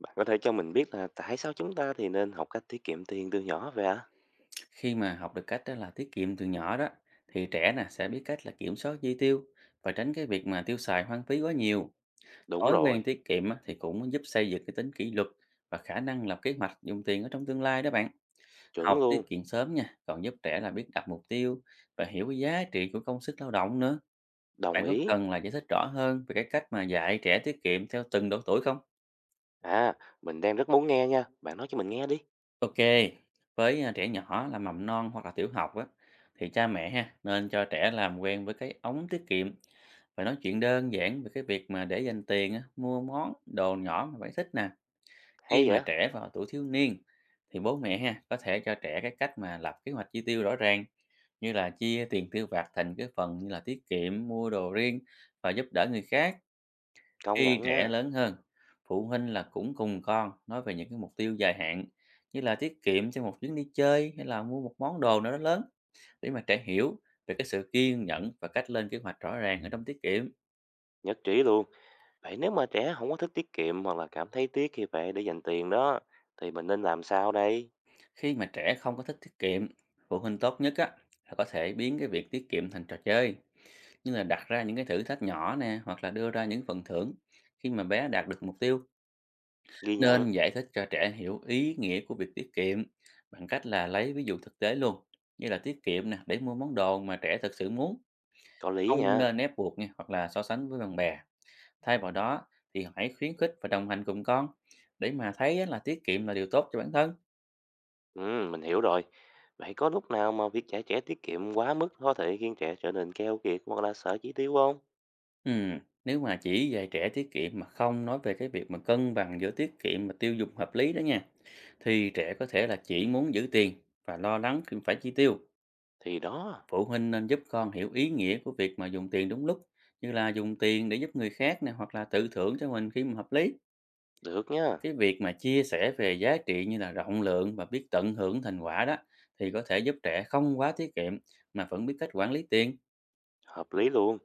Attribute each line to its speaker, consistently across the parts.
Speaker 1: Bạn có thể cho mình biết là tại sao chúng ta thì nên học cách tiết kiệm tiền từ nhỏ vậy ạ?
Speaker 2: Khi mà học được cách đó là tiết kiệm từ nhỏ đó thì trẻ nè sẽ biết cách là kiểm soát chi tiêu và tránh cái việc mà tiêu xài hoang phí quá nhiều.
Speaker 1: Đúng
Speaker 2: Thói quen
Speaker 1: rồi,
Speaker 2: tiết kiệm á, thì cũng giúp xây dựng cái tính kỷ luật và khả năng lập kế hoạch dùng tiền ở trong tương lai đó bạn. Học
Speaker 1: chuẩn luôn,
Speaker 2: tiết kiệm sớm nha, còn giúp trẻ là biết đặt mục tiêu và hiểu cái giá trị của công sức lao động nữa.
Speaker 1: đồng
Speaker 2: Bạn có
Speaker 1: ý.
Speaker 2: cần là giải thích rõ hơn về cái cách mà dạy trẻ tiết kiệm theo từng độ tuổi không?
Speaker 1: À, mình đang rất muốn nghe nha, bạn nói cho mình nghe đi.
Speaker 2: Ok, với à, trẻ nhỏ là mầm non hoặc là tiểu học á, thì cha mẹ ha, nên cho trẻ làm quen với cái ống tiết kiệm và nói chuyện đơn giản về cái việc mà để dành tiền á, mua món đồ nhỏ mà bạn thích nè. Khi
Speaker 1: Hay
Speaker 2: mà
Speaker 1: vậy,
Speaker 2: trẻ vào tuổi thiếu niên thì bố mẹ ha có thể cho trẻ cái cách mà lập kế hoạch chi tiêu rõ ràng, như là chia tiền tiêu vặt thành cái phần như là tiết kiệm, mua đồ riêng và giúp đỡ người khác.
Speaker 1: công
Speaker 2: Khi
Speaker 1: nhận
Speaker 2: trẻ
Speaker 1: nha,
Speaker 2: lớn hơn, phụ huynh là cũng cùng con nói về những cái mục tiêu dài hạn, như là tiết kiệm cho một chuyến đi chơi hay là mua một món đồ nào đó lớn, để mà trẻ hiểu về cái sự kiên nhẫn và cách lên kế hoạch rõ ràng ở trong tiết kiệm.
Speaker 1: nhất trí luôn. Vậy nếu mà trẻ không có thích tiết kiệm hoặc là cảm thấy tiếc khi phải để dành tiền đó, thì mình nên làm sao đây?
Speaker 2: Khi mà trẻ không có thích tiết kiệm, phụ huynh tốt nhất á là có thể biến cái việc tiết kiệm thành trò chơi, như là đặt ra những cái thử thách nhỏ nè hoặc là đưa ra những phần thưởng khi mà bé đạt được mục tiêu.
Speaker 1: Ghi nhận,
Speaker 2: Nên giải thích cho trẻ hiểu ý nghĩa của việc tiết kiệm bằng cách là lấy ví dụ thực tế luôn, như là tiết kiệm nè để mua món đồ mà trẻ thực sự muốn,
Speaker 1: có lý
Speaker 2: không
Speaker 1: nha.
Speaker 2: nên ép buộc nha hoặc là so sánh với bạn bè. Thay vào đó thì hãy khuyến khích và đồng hành cùng con để mà thấy á, là tiết kiệm là điều tốt cho bản thân.
Speaker 1: Ừ, mình hiểu rồi. Vậy có lúc nào mà việc dạy trẻ tiết kiệm quá mức có thể khiến trẻ trở nên keo kiệt hoặc là sợ chi tiêu không?
Speaker 2: Ừm, Nếu mà chỉ dạy trẻ tiết kiệm mà không nói về cái việc mà cân bằng giữa tiết kiệm và tiêu dùng hợp lý đó nha, thì trẻ có thể là chỉ muốn giữ tiền và lo lắng khi phải chi tiêu.
Speaker 1: Thì đó,
Speaker 2: Phụ huynh nên giúp con hiểu ý nghĩa của việc mà dùng tiền đúng lúc, như là dùng tiền để giúp người khác này hoặc là tự thưởng cho mình khi mà hợp lý.
Speaker 1: được nha.
Speaker 2: Cái việc mà chia sẻ về giá trị như là rộng lượng và biết tận hưởng thành quả đó thì có thể giúp trẻ không quá tiết kiệm mà vẫn biết cách quản lý tiền.
Speaker 1: Hợp lý luôn.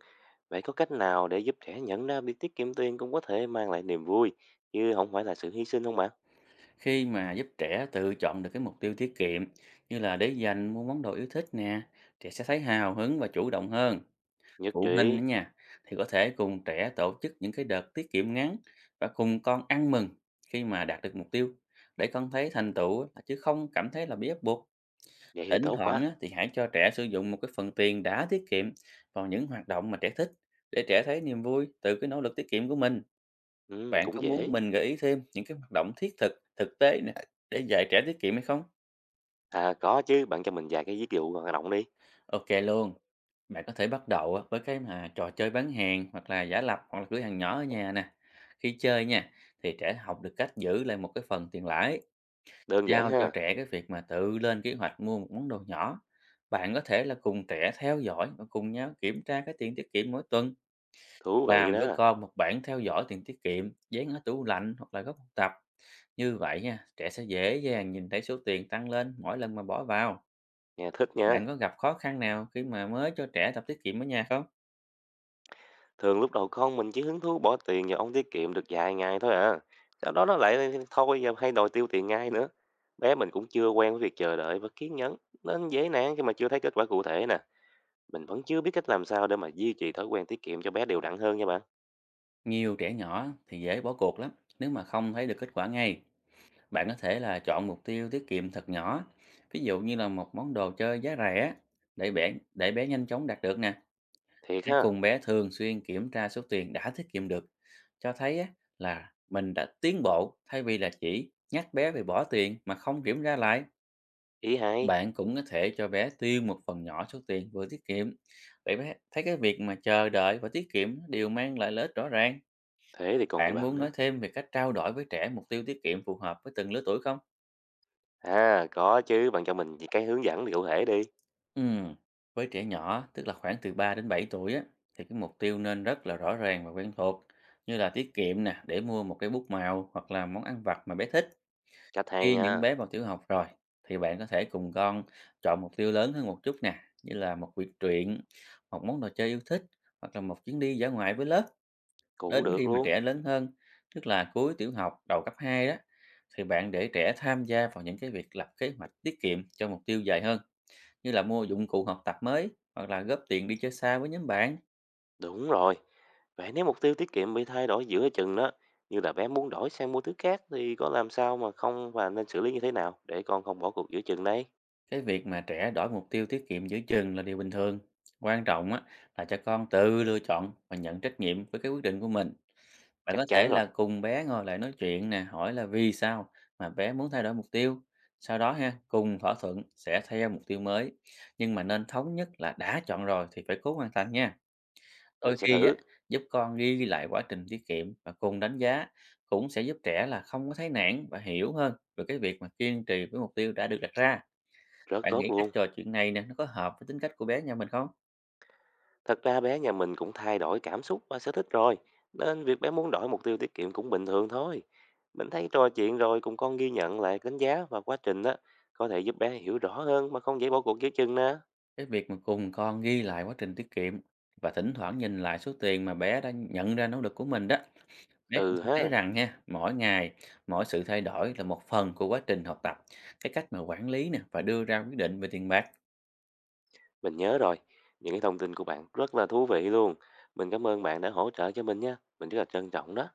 Speaker 1: Vậy có cách nào để giúp trẻ nhận ra việc tiết kiệm tiền cũng có thể mang lại niềm vui, chứ không phải là sự hy sinh không bạn?
Speaker 2: Khi mà giúp trẻ tự chọn được cái mục tiêu tiết kiệm, như là để dành mua món đồ yêu thích nè, trẻ sẽ thấy hào hứng và chủ động hơn.
Speaker 1: Nhất
Speaker 2: Phụ huynh
Speaker 1: trí.
Speaker 2: đó nha, thì có thể cùng trẻ tổ chức những cái đợt tiết kiệm ngắn và cùng con ăn mừng khi mà đạt được mục tiêu, để con thấy thành tựu á, chứ không cảm thấy là bị ép buộc.
Speaker 1: Vậy thì
Speaker 2: Thỉnh
Speaker 1: tốt
Speaker 2: thoảng
Speaker 1: quá.
Speaker 2: á, thì hãy cho trẻ sử dụng một cái phần tiền đã tiết kiệm vào những hoạt động mà trẻ thích, để trẻ thấy niềm vui từ cái nỗ lực tiết kiệm của mình.
Speaker 1: Ừ,
Speaker 2: Bạn
Speaker 1: cũng
Speaker 2: có muốn
Speaker 1: dễ.
Speaker 2: mình gợi ý thêm những cái hoạt động thiết thực, thực tế nè để dạy trẻ tiết kiệm hay không?
Speaker 1: À có chứ, bạn cho mình vài cái ví dụ hoạt động đi.
Speaker 2: Ok luôn. Bạn có thể bắt đầu á, với cái mà trò chơi bán hàng hoặc là giả lập hoặc là cửa hàng nhỏ ở nhà nè. Khi chơi nha thì trẻ học được cách giữ lại một cái phần tiền lãi,
Speaker 1: Đơn giản
Speaker 2: giao cho
Speaker 1: ha,
Speaker 2: trẻ cái việc mà tự lên kế hoạch mua một món đồ nhỏ. Bạn có thể là cùng trẻ theo dõi và cùng nhau kiểm tra cái tiền tiết kiệm mỗi tuần,
Speaker 1: thú vị
Speaker 2: làm với
Speaker 1: đó.
Speaker 2: con một bảng theo dõi tiền tiết kiệm, dán ở tủ lạnh hoặc là góc học tập. Như vậy nha, trẻ sẽ dễ dàng nhìn thấy số tiền tăng lên mỗi lần mà bỏ vào.
Speaker 1: Nghe thích nha.
Speaker 2: Bạn có gặp khó khăn nào khi mà mới cho trẻ tập tiết kiệm ở nhà không?
Speaker 1: Thường lúc đầu con mình chỉ hứng thú bỏ tiền vào ống tiết kiệm được vài ngày thôi à. Sau đó nó lại thôi và hay đòi tiêu tiền ngay nữa. Bé mình cũng chưa quen với việc chờ đợi và kiên nhẫn, nên dễ nản khi mà chưa thấy kết quả cụ thể nè. Mình vẫn chưa biết cách làm sao để mà duy trì thói quen tiết kiệm cho bé đều đặn hơn nha bạn.
Speaker 2: Nhiều trẻ nhỏ thì dễ bỏ cuộc lắm nếu mà không thấy được kết quả ngay. Bạn có thể là chọn mục tiêu tiết kiệm thật nhỏ, ví dụ như là một món đồ chơi giá rẻ, để bé bé nhanh chóng đạt được nè.
Speaker 1: Thiệt
Speaker 2: Hãy
Speaker 1: ha,
Speaker 2: cùng bé thường xuyên kiểm tra số tiền đã tiết kiệm được, cho thấy á, là mình đã tiến bộ thay vì là chỉ nhắc bé về bỏ tiền mà không kiểm tra lại.
Speaker 1: ý hay.
Speaker 2: Bạn cũng có thể cho bé tiêu một phần nhỏ số tiền vừa tiết kiệm, để bé thấy cái việc mà chờ đợi và tiết kiệm đều mang lại lợi ích rõ ràng.
Speaker 1: Thế thì còn gì
Speaker 2: Bạn
Speaker 1: bằng
Speaker 2: muốn nói
Speaker 1: nữa.
Speaker 2: thêm về cách trao đổi với trẻ mục tiêu tiết kiệm phù hợp với từng lứa tuổi không?
Speaker 1: À, có chứ, bạn cho mình cái hướng dẫn cụ thể đi.
Speaker 2: Ừm, Với trẻ nhỏ, tức là khoảng từ 3 đến 7 tuổi á, thì cái mục tiêu nên rất là rõ ràng và quen thuộc, như là tiết kiệm nè, để mua một cái bút màu hoặc là món ăn vặt mà bé thích.
Speaker 1: Cách hay
Speaker 2: Khi những
Speaker 1: nha,
Speaker 2: bé vào tiểu học rồi, thì bạn có thể cùng con chọn mục tiêu lớn hơn một chút nè, như là một quyển truyện, một món đồ chơi yêu thích, hoặc là một chuyến đi dã ngoại với lớp.
Speaker 1: cũng
Speaker 2: Đến
Speaker 1: được
Speaker 2: khi mà
Speaker 1: luôn.
Speaker 2: trẻ lớn hơn, tức là cuối tiểu học, đầu cấp 2 đó, thì bạn để trẻ tham gia vào những cái việc lập kế hoạch tiết kiệm cho mục tiêu dài hơn, như là mua dụng cụ học tập mới, hoặc là góp tiền đi chơi xa với nhóm bạn.
Speaker 1: Đúng rồi. Vậy nếu mục tiêu tiết kiệm bị thay đổi giữa chừng đó, như là bé muốn đổi sang mua thứ khác thì có làm sao mà không và nên xử lý như thế nào để con không bỏ cuộc giữa chừng đấy?
Speaker 2: Cái việc mà trẻ đổi mục tiêu tiết kiệm giữa chừng là điều bình thường. Quan trọng á, là cho con tự lựa chọn và nhận trách nhiệm với cái quyết định của mình. Bạn có
Speaker 1: Chắc
Speaker 2: thể
Speaker 1: chắn rồi,
Speaker 2: là cùng bé ngồi lại nói chuyện nè, hỏi là vì sao mà bé muốn thay đổi mục tiêu. Sau đó ha, cùng thỏa thuận sẽ theo mục tiêu mới. Nhưng mà nên thống nhất là đã chọn rồi thì phải cố hoàn thành nha.
Speaker 1: mình
Speaker 2: Đôi
Speaker 1: sẽ
Speaker 2: khi á,
Speaker 1: thử.
Speaker 2: giúp con ghi lại quá trình tiết kiệm và cùng đánh giá cũng sẽ giúp trẻ là không có thấy nản và hiểu hơn về cái việc mà kiên trì với mục tiêu đã được đặt ra.
Speaker 1: Rất
Speaker 2: Bạn
Speaker 1: tốt
Speaker 2: nghĩ cách
Speaker 1: luôn.
Speaker 2: trò chuyện này nè, nó có hợp với tính cách của bé nhà mình không?
Speaker 1: Thật ra bé nhà mình cũng thay đổi cảm xúc và sở thích rồi, nên việc bé muốn đổi mục tiêu tiết kiệm cũng bình thường thôi. Mình thấy trò chuyện rồi cùng con ghi nhận lại đánh giá và quá trình đó có thể giúp bé hiểu rõ hơn mà không dễ bỏ cuộc giữa chừng nè.
Speaker 2: Cái việc mà cùng con ghi lại quá trình tiết kiệm và thỉnh thoảng nhìn lại số tiền mà bé đã nhận ra nỗ lực của mình đó, bé cũng
Speaker 1: Ừ
Speaker 2: sẽ thấy
Speaker 1: ha,
Speaker 2: rằng nha, mỗi ngày, mỗi sự thay đổi là một phần của quá trình học tập. Cái cách mà quản lý nè và đưa ra quyết định về tiền bạc
Speaker 1: mình nhớ rồi. Những cái thông tin của bạn rất là thú vị luôn. Mình cảm ơn bạn đã hỗ trợ cho mình nha. Mình rất là trân trọng đó.